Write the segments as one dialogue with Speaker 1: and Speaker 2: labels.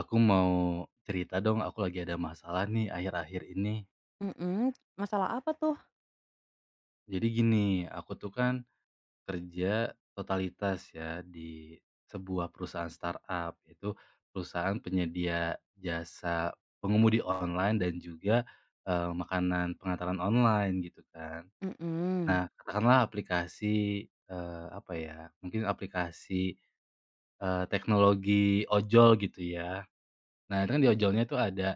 Speaker 1: Aku mau cerita dong, aku lagi ada masalah nih akhir-akhir ini.
Speaker 2: Mhm, masalah apa tuh?
Speaker 1: Jadi gini, aku tuh kan kerja totalitas ya di sebuah perusahaan startup, itu perusahaan penyedia jasa pengemudi online dan juga makanan pengantaran online gitu kan.
Speaker 2: Mhm.
Speaker 1: Nah, katakanlah aplikasi apa ya? Mungkin aplikasi teknologi ojol gitu ya. Nah, itu kan di ojolnya tuh ada,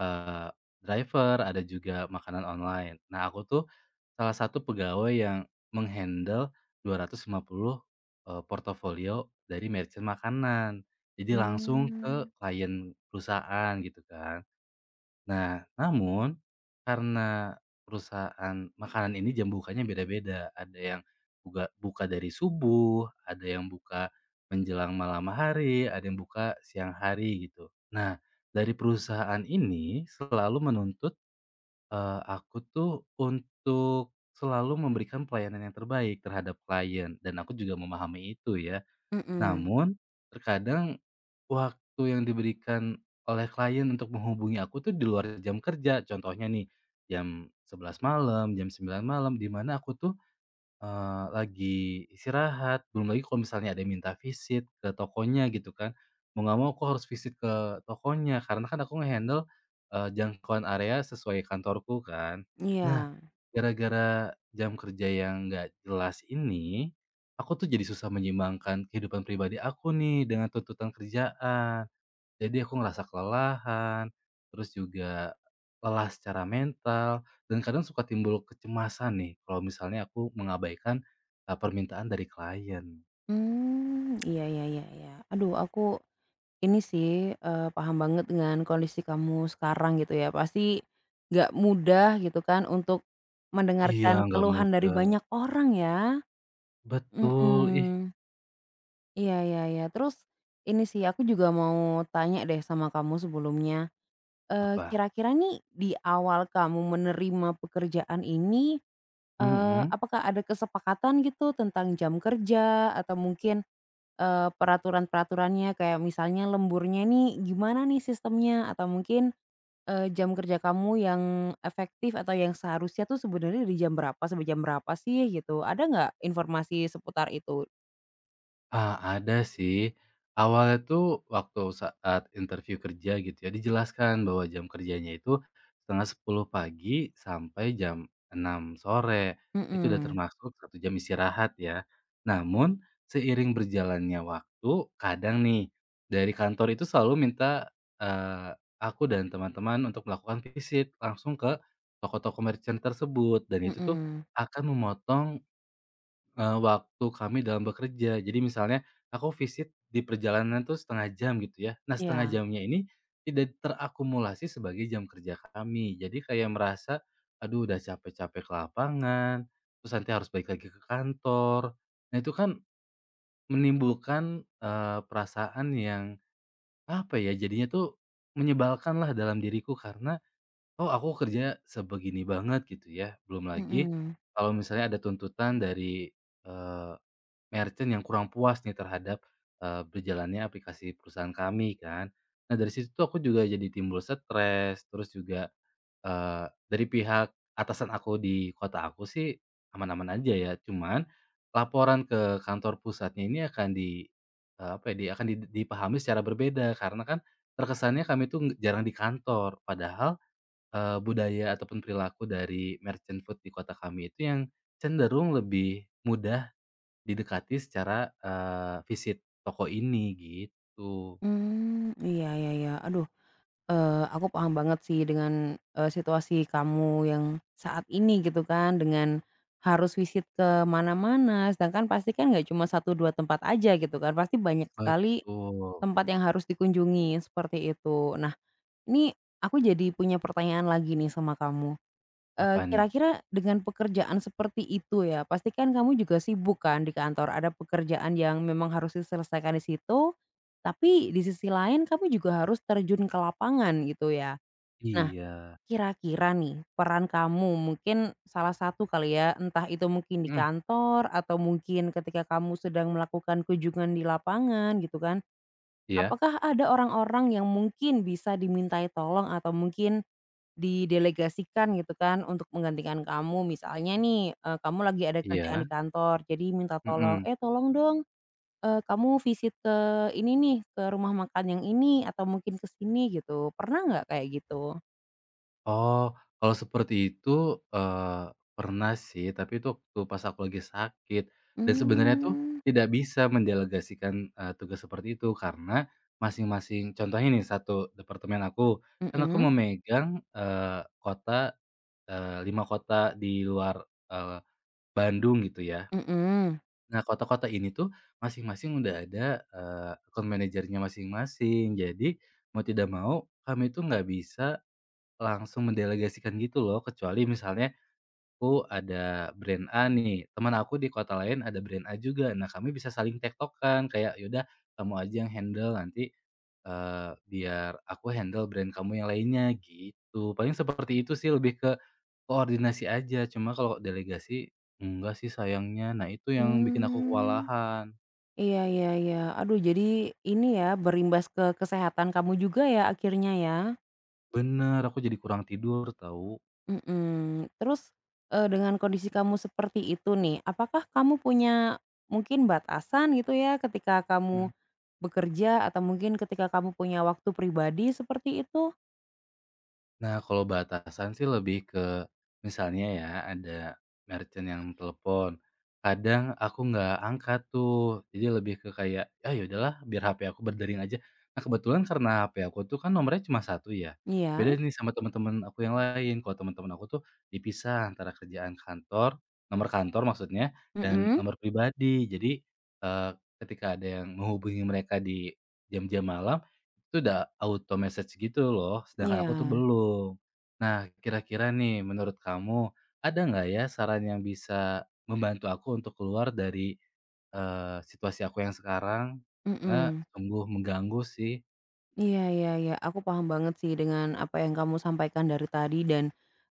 Speaker 1: eee, driver, ada juga makanan online. Nah, aku tuh salah satu pegawai yang meng-handle 250, portofolio dari merchant makanan. Jadi langsung ke
Speaker 2: Mmm.
Speaker 1: klien perusahaan gitu kan. Nah, namun karena perusahaan makanan ini jam bukanya beda-beda, ada yang buka buka dari subuh, ada yang buka menjelang malam hari, ada yang buka siang hari gitu. Nah, dari perusahaan ini selalu menuntut, aku tuh untuk selalu memberikan pelayanan yang terbaik terhadap klien dan aku juga memahami itu ya.
Speaker 2: Mhm.
Speaker 1: Namun terkadang waktu yang diberikan oleh klien untuk menghubungi aku tuh di luar jam kerja. Contohnya nih, jam 11 malam, jam 9 malam, di mana aku tuh lagi istirahat, belum lagi kalau misalnya ada yang minta visit ke tokonya gitu kan, mau nggak mau aku harus visit ke tokonya karena kan aku nge-handle, jangkauan area sesuai kantorku kan. Nah,
Speaker 2: Iya.
Speaker 1: gara-gara jam kerja yang nggak jelas ini, aku tuh jadi susah menyimbangkan kehidupan pribadi aku nih dengan tuntutan kerjaan. Jadi aku ngerasa kelelahan, terus juga lelah secara mental, dan kadang suka timbul kecemasan nih kalau misalnya aku mengabaikan, permintaan dari klien.
Speaker 2: Mmm. Iya, iya, iya, iya. Aduh, aku ini sih, paham banget dengan kondisi kamu sekarang gitu ya. Pasti nggak mudah gitu kan untuk
Speaker 1: Iya,
Speaker 2: mendengarkan
Speaker 1: nggak
Speaker 2: keluhan dari
Speaker 1: mudah.
Speaker 2: banyak orang ya.
Speaker 1: Betul, ih.
Speaker 2: Mhm. Iya, iya, iya. Terus ini sih aku juga mau tanya deh sama kamu sebelumnya,
Speaker 1: Apa?
Speaker 2: kira-kira nih di awal kamu menerima pekerjaan ini,
Speaker 1: Mhm.
Speaker 2: apakah ada kesepakatan gitu tentang jam kerja atau mungkin peraturan-peraturannya kayak misalnya lemburnya nih gimana nih sistemnya, atau mungkin jam kerja kamu yang efektif atau yang seharusnya tuh sebenarnya di jam berapa sampai jam berapa sih gitu, ada nggak informasi seputar itu?
Speaker 1: Ah, ada sih. Awalnya tuh waktu saat interview kerja gitu ya, dijelaskan bahwa jam kerjanya itu setengah 10 pagi sampai jam 6 sore. Itu udah
Speaker 2: Mhm.
Speaker 1: termasuk 1 jam istirahat ya. Namun seiring berjalannya waktu, kadang nih dari kantor itu selalu minta aku dan teman-teman untuk melakukan visit langsung ke toko-toko merchant tersebut. Dan itu tuh
Speaker 2: Mhm.
Speaker 1: akan memotong waktu kami dalam bekerja. Jadi misalnya aku visit di perjalanan tuh setengah jam gitu ya. Nah setengah
Speaker 2: Iya.
Speaker 1: jamnya ini tidak terakumulasi sebagai jam kerja kami. Jadi kayak merasa, aduh udah capek-capek ke lapangan, terus nanti harus balik lagi ke kantor. Nah itu kan menimbulkan, perasaan yang apa ya, jadinya tuh menyebalkan lah dalam diriku karena, "Oh aku kerja sebegini banget," gitu ya. Belum lagi
Speaker 2: Mhm.
Speaker 1: kalau misalnya ada tuntutan dari, eh, merchant yang kurang puas nih terhadap, berjalannya aplikasi perusahaan kami kan. Nah dari situ tuh aku juga jadi timbul stres, terus juga, dari pihak atasan aku di kota aku sih aman-aman aja ya, cuman laporan ke kantor pusatnya ini akan apa ya, di akan di dipahami secara berbeda karena kan terkesannya kami tuh jarang di kantor, padahal, budaya ataupun perilaku dari merchant food di kota kami itu yang cenderung lebih mudah didekati secara, visit toko ini gitu.
Speaker 2: Mmm. Iya, iya, iya. Aduh, aku paham banget sih dengan situasi kamu yang saat ini gitu kan, dengan harus visit ke mana-mana, sedangkan pasti kan nggak cuma satu 2 tempat aja gitu kan, pasti banyak sekali
Speaker 1: Betul.
Speaker 2: tempat yang harus dikunjungi, seperti itu. Nah, ini aku jadi punya pertanyaan lagi nih sama kamu,
Speaker 1: Apa nih?
Speaker 2: kira-kira dengan pekerjaan seperti itu ya, pasti kan kamu juga sibuk kan di kantor, ada pekerjaan yang memang harus diselesaikan di situ, tapi di sisi lain kamu juga harus terjun ke lapangan gitu ya. Nah,
Speaker 1: Iya.
Speaker 2: kira-kira nih peran kamu mungkin salah satu kali ya, entah itu mungkin di
Speaker 1: Mhm,
Speaker 2: kantor atau mungkin ketika kamu sedang melakukan kunjungan di lapangan gitu kan.
Speaker 1: iya,
Speaker 2: Apakah ada orang-orang yang mungkin bisa dimintai tolong atau mungkin didelegasikan gitu kan untuk menggantikan kamu? Misalnya nih, kamu lagi ada kerjaan
Speaker 1: iya,
Speaker 2: di kantor jadi minta tolong,
Speaker 1: mhm.
Speaker 2: "Eh, tolong dong, kamu visit ke ini nih, ke rumah makan yang ini atau mungkin ke sini," gitu. Pernah nggak kayak gitu?
Speaker 1: Oh, kalau seperti itu, eee, pernah sih, tapi itu waktu pas aku lagi sakit dan sebenarnya tuh
Speaker 2: Mmm.
Speaker 1: tidak bisa mendelegasikan, tugas seperti itu karena masing-masing contohnya nih, satu departemen aku, kan aku
Speaker 2: Mhm,
Speaker 1: memegang, eee, kota, 5 kota di luar, eee, Bandung gitu ya.
Speaker 2: mhm.
Speaker 1: Nah, kota-kota ini tuh masing-masing udah ada, account manajernya masing-masing. Jadi, mau tidak mau kami tuh nggak bisa langsung mendelegasikan gitu loh, kecuali misalnya, oh ada brand A nih, teman aku di kota lain ada brand A juga. Nah, kami bisa saling tek kayak, "Yaudah kamu aja yang handle nanti, biar aku handle brand kamu yang lainnya," gitu. Paling seperti itu sih, lebih ke koordinasi aja. Cuma kalau delegasi, enggak sih sayangnya. Nah, itu yang bikin aku
Speaker 2: Mmm.
Speaker 1: kewalahan.
Speaker 2: Iya, iya, iya. Aduh, jadi ini ya berimbas ke kesehatan kamu juga ya akhirnya ya?
Speaker 1: Bener, aku jadi kurang tidur tahu.
Speaker 2: Mhm. Terus, dengan kondisi kamu seperti itu nih, apakah kamu punya mungkin batasan gitu ya ketika kamu
Speaker 1: Mmm.
Speaker 2: bekerja atau mungkin ketika kamu punya waktu pribadi seperti itu?
Speaker 1: Nah, kalau batasan sih lebih ke misalnya ya ada merchant yang telepon, kadang aku nggak angkat tuh, jadi lebih ke kayak, "Ah, ya udahlah biar HP aku berdering aja." Nah, kebetulan karena HP aku tuh kan nomornya cuma satu ya, beda
Speaker 2: Iya.
Speaker 1: nih sama teman-teman aku yang lain. Kalau teman-teman aku tuh dipisah antara kerjaan kantor nomor kantor maksudnya, dan
Speaker 2: Mhm.
Speaker 1: nomor pribadi. Jadi, eee, ketika ada yang menghubungi mereka di jam-jam malam, itu udah auto message gitu loh, sedangkan aku tuh
Speaker 2: Iya.
Speaker 1: belum. Nah, kira-kira nih menurut kamu ada nggak ya saran yang bisa membantu aku untuk keluar dari, situasi aku yang sekarang? Karena
Speaker 2: Mhm.
Speaker 1: sungguh mengganggu sih.
Speaker 2: Iya, iya, iya, aku paham banget sih dengan apa yang kamu sampaikan dari tadi dan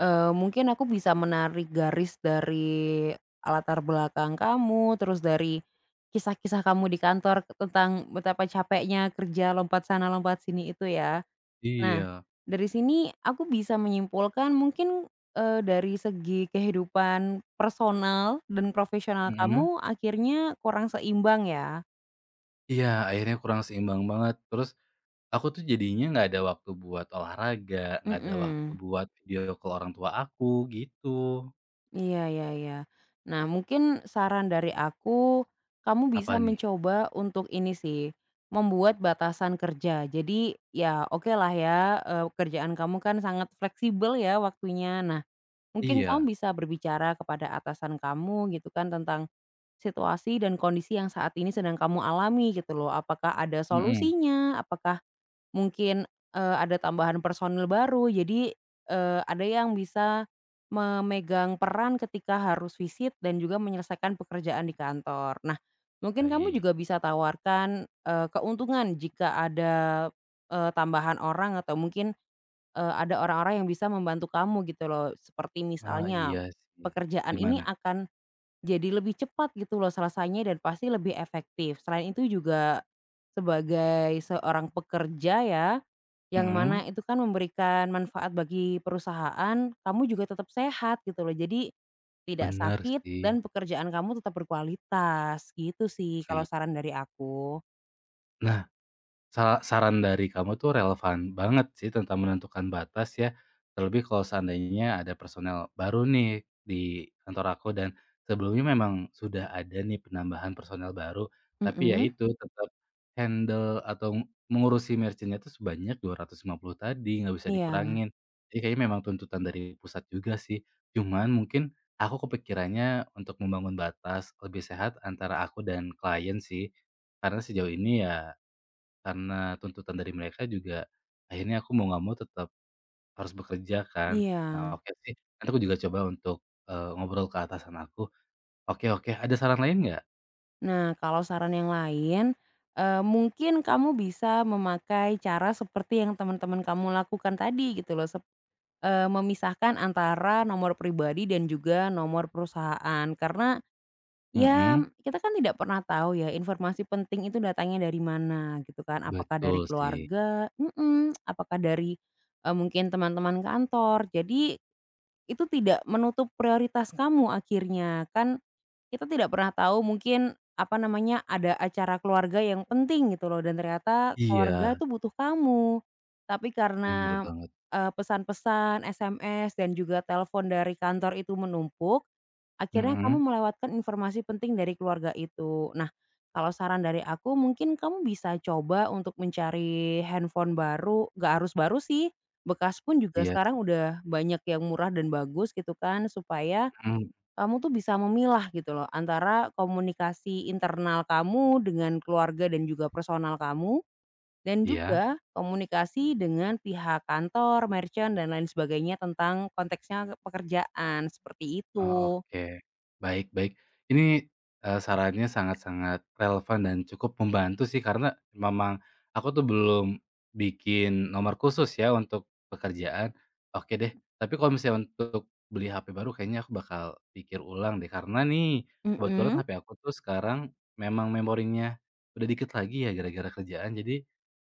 Speaker 2: mungkin aku bisa menarik garis dari latar belakang kamu, terus dari kisah-kisah kamu di kantor tentang betapa capeknya kerja lompat sana lompat sini itu ya. Nah,
Speaker 1: Iya.
Speaker 2: dari sini aku bisa menyimpulkan mungkin dari segi kehidupan personal dan profesional
Speaker 1: Mhm.
Speaker 2: kamu akhirnya kurang seimbang ya?
Speaker 1: Iya, akhirnya kurang seimbang banget. Terus aku tuh jadinya nggak ada waktu buat olahraga, nggak ada waktu
Speaker 2: Mhm.
Speaker 1: buat video call orang tua aku, gitu.
Speaker 2: Iya, iya, iya. Nah, mungkin saran dari aku, kamu
Speaker 1: Apa
Speaker 2: bisa
Speaker 1: nih?
Speaker 2: mencoba untuk ini sih, membuat batasan kerja. Jadi, ya oke lah ya, kerjaan kamu kan sangat fleksibel ya waktunya. Nah, mungkin kamu
Speaker 1: Iya.
Speaker 2: bisa berbicara kepada atasan kamu gitu kan tentang situasi dan kondisi yang saat ini sedang kamu alami gitu loh. Apakah ada
Speaker 1: Mhm.
Speaker 2: solusinya? Apakah mungkin ada tambahan personil baru jadi ada yang bisa memegang peran ketika harus visit dan juga menyelesaikan pekerjaan di kantor. Nah, mungkin kamu
Speaker 1: Baik.
Speaker 2: juga bisa tawarkan keuntungan jika ada tambahan orang atau mungkin ada orang-orang yang bisa membantu kamu gitu loh. Seperti
Speaker 1: Ah,
Speaker 2: misalnya,
Speaker 1: iya sih.
Speaker 2: pekerjaan ini
Speaker 1: Gimana?
Speaker 2: akan jadi lebih cepat gitu loh selesainya dan pasti lebih efektif. Selain itu juga, sebagai seorang pekerja ya yang mana
Speaker 1: Mhm,
Speaker 2: itu kan memberikan manfaat bagi perusahaan, kamu juga tetap sehat gitu loh. Jadi tidak
Speaker 1: bener
Speaker 2: sakit
Speaker 1: sih,
Speaker 2: dan pekerjaan kamu tetap berkualitas, gitu sih kalau
Speaker 1: iy
Speaker 2: saran dari aku.
Speaker 1: nah, Saran dari kamu tuh relevan banget sih tentang menentukan batas ya, terlebih kalau seandainya ada personel baru nih di kantor aku dan sebelumnya memang sudah ada nih penambahan personel baru, tapi ya
Speaker 2: Mhm.
Speaker 1: itu tetap handle atau mengurusi merchant-nya itu sebanyak 250 tadi, nggak bisa
Speaker 2: Iya,
Speaker 1: dikurangin. Jadi kayaknya memang tuntutan dari pusat juga sih, cuman mungkin aku kepikirannya untuk membangun batas lebih sehat antara aku dan klien sih. Karena sejauh ini ya karena tuntutan dari mereka juga, akhirnya aku mau nggak mau tetap harus bekerja kan.
Speaker 2: iya.
Speaker 1: Nah, oke sih, nanti aku juga coba untuk, ngobrol ke atasan aku. Oke, oke, ada saran lain nggak?
Speaker 2: Nah, kalau saran yang lain, mungkin kamu bisa memakai cara seperti yang teman-teman kamu lakukan tadi gitu loh, memisahkan antara nomor pribadi dan juga nomor perusahaan. Karena ya,
Speaker 1: Mhm,
Speaker 2: kita kan tidak pernah tahu ya informasi penting itu datangnya dari mana gitu kan, apakah dari
Speaker 1: betul sih.
Speaker 2: keluarga, mhm, apakah dari mungkin teman-teman kantor. Jadi itu tidak menutup prioritas kamu akhirnya. Kan kita tidak pernah tahu mungkin, apa namanya, ada acara keluarga yang penting gitu loh dan ternyata keluarga
Speaker 1: Iya,
Speaker 2: tuh butuh kamu. Tapi
Speaker 1: bener
Speaker 2: karena
Speaker 1: banget.
Speaker 2: pesan-pesan, SMS, dan juga telepon dari kantor itu menumpuk, akhirnya kamu
Speaker 1: Mhm,
Speaker 2: melewatkan informasi penting dari keluarga itu. Nah, kalau saran dari aku mungkin kamu bisa coba untuk mencari handphone baru, nggak harus baru sih, bekas pun juga
Speaker 1: iya,
Speaker 2: sekarang udah banyak yang murah dan bagus gitu kan, supaya
Speaker 1: mhm,
Speaker 2: kamu tuh bisa memilah gitu loh antara komunikasi internal kamu dengan keluarga dan juga personal kamu, dan
Speaker 1: iya.
Speaker 2: juga komunikasi dengan pihak kantor, merchant, dan lain sebagainya tentang konteksnya pekerjaan, seperti
Speaker 1: Oh,
Speaker 2: itu.
Speaker 1: oke. Baik, baik. Ini, sarannya sangat-sangat relevan dan cukup membantu sih karena memang aku tuh belum bikin nomor khusus ya untuk pekerjaan. Oke deh, tapi kalau misalnya untuk beli HP baru kayaknya aku bakal pikir ulang deh karena nih kebetulan
Speaker 2: Mhm.
Speaker 1: HP aku tuh sekarang memang memorinya udah dikit lagi ya gara-gara kerjaan. Jadi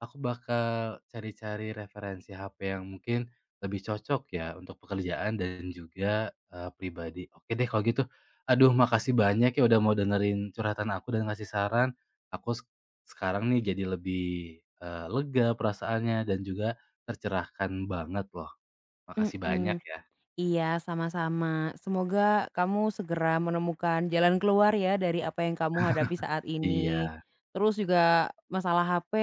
Speaker 1: aku bakal cari-cari referensi HP yang mungkin lebih cocok ya untuk pekerjaan dan juga, pribadi. Oke deh kalau gitu. Aduh makasih banyak ya udah mau dengerin curhatan aku dan ngasih saran. Aku sekarang nih jadi lebih, lega perasaannya dan juga tercerahkan banget loh. Makasih banyak
Speaker 2: Mhm,
Speaker 1: ya.
Speaker 2: iya sama-sama. Semoga kamu segera menemukan jalan keluar ya dari apa yang kamu hadapi saat ini.
Speaker 1: Iya.
Speaker 2: Terus juga masalah HP,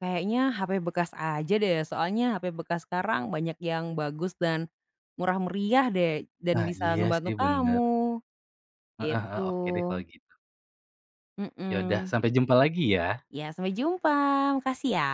Speaker 2: kayaknya HP bekas aja deh, soalnya HP bekas sekarang banyak yang bagus dan murah meriah deh dan
Speaker 1: Nah
Speaker 2: bisa
Speaker 1: iya
Speaker 2: ngebantu
Speaker 1: sih bener.
Speaker 2: kamu,
Speaker 1: Heeh, heeh.
Speaker 2: gitu.
Speaker 1: Oke deh kalau gitu. Yaudah
Speaker 2: Mhm.
Speaker 1: sampai jumpa lagi ya.
Speaker 2: Ya sampai jumpa, makasih ya.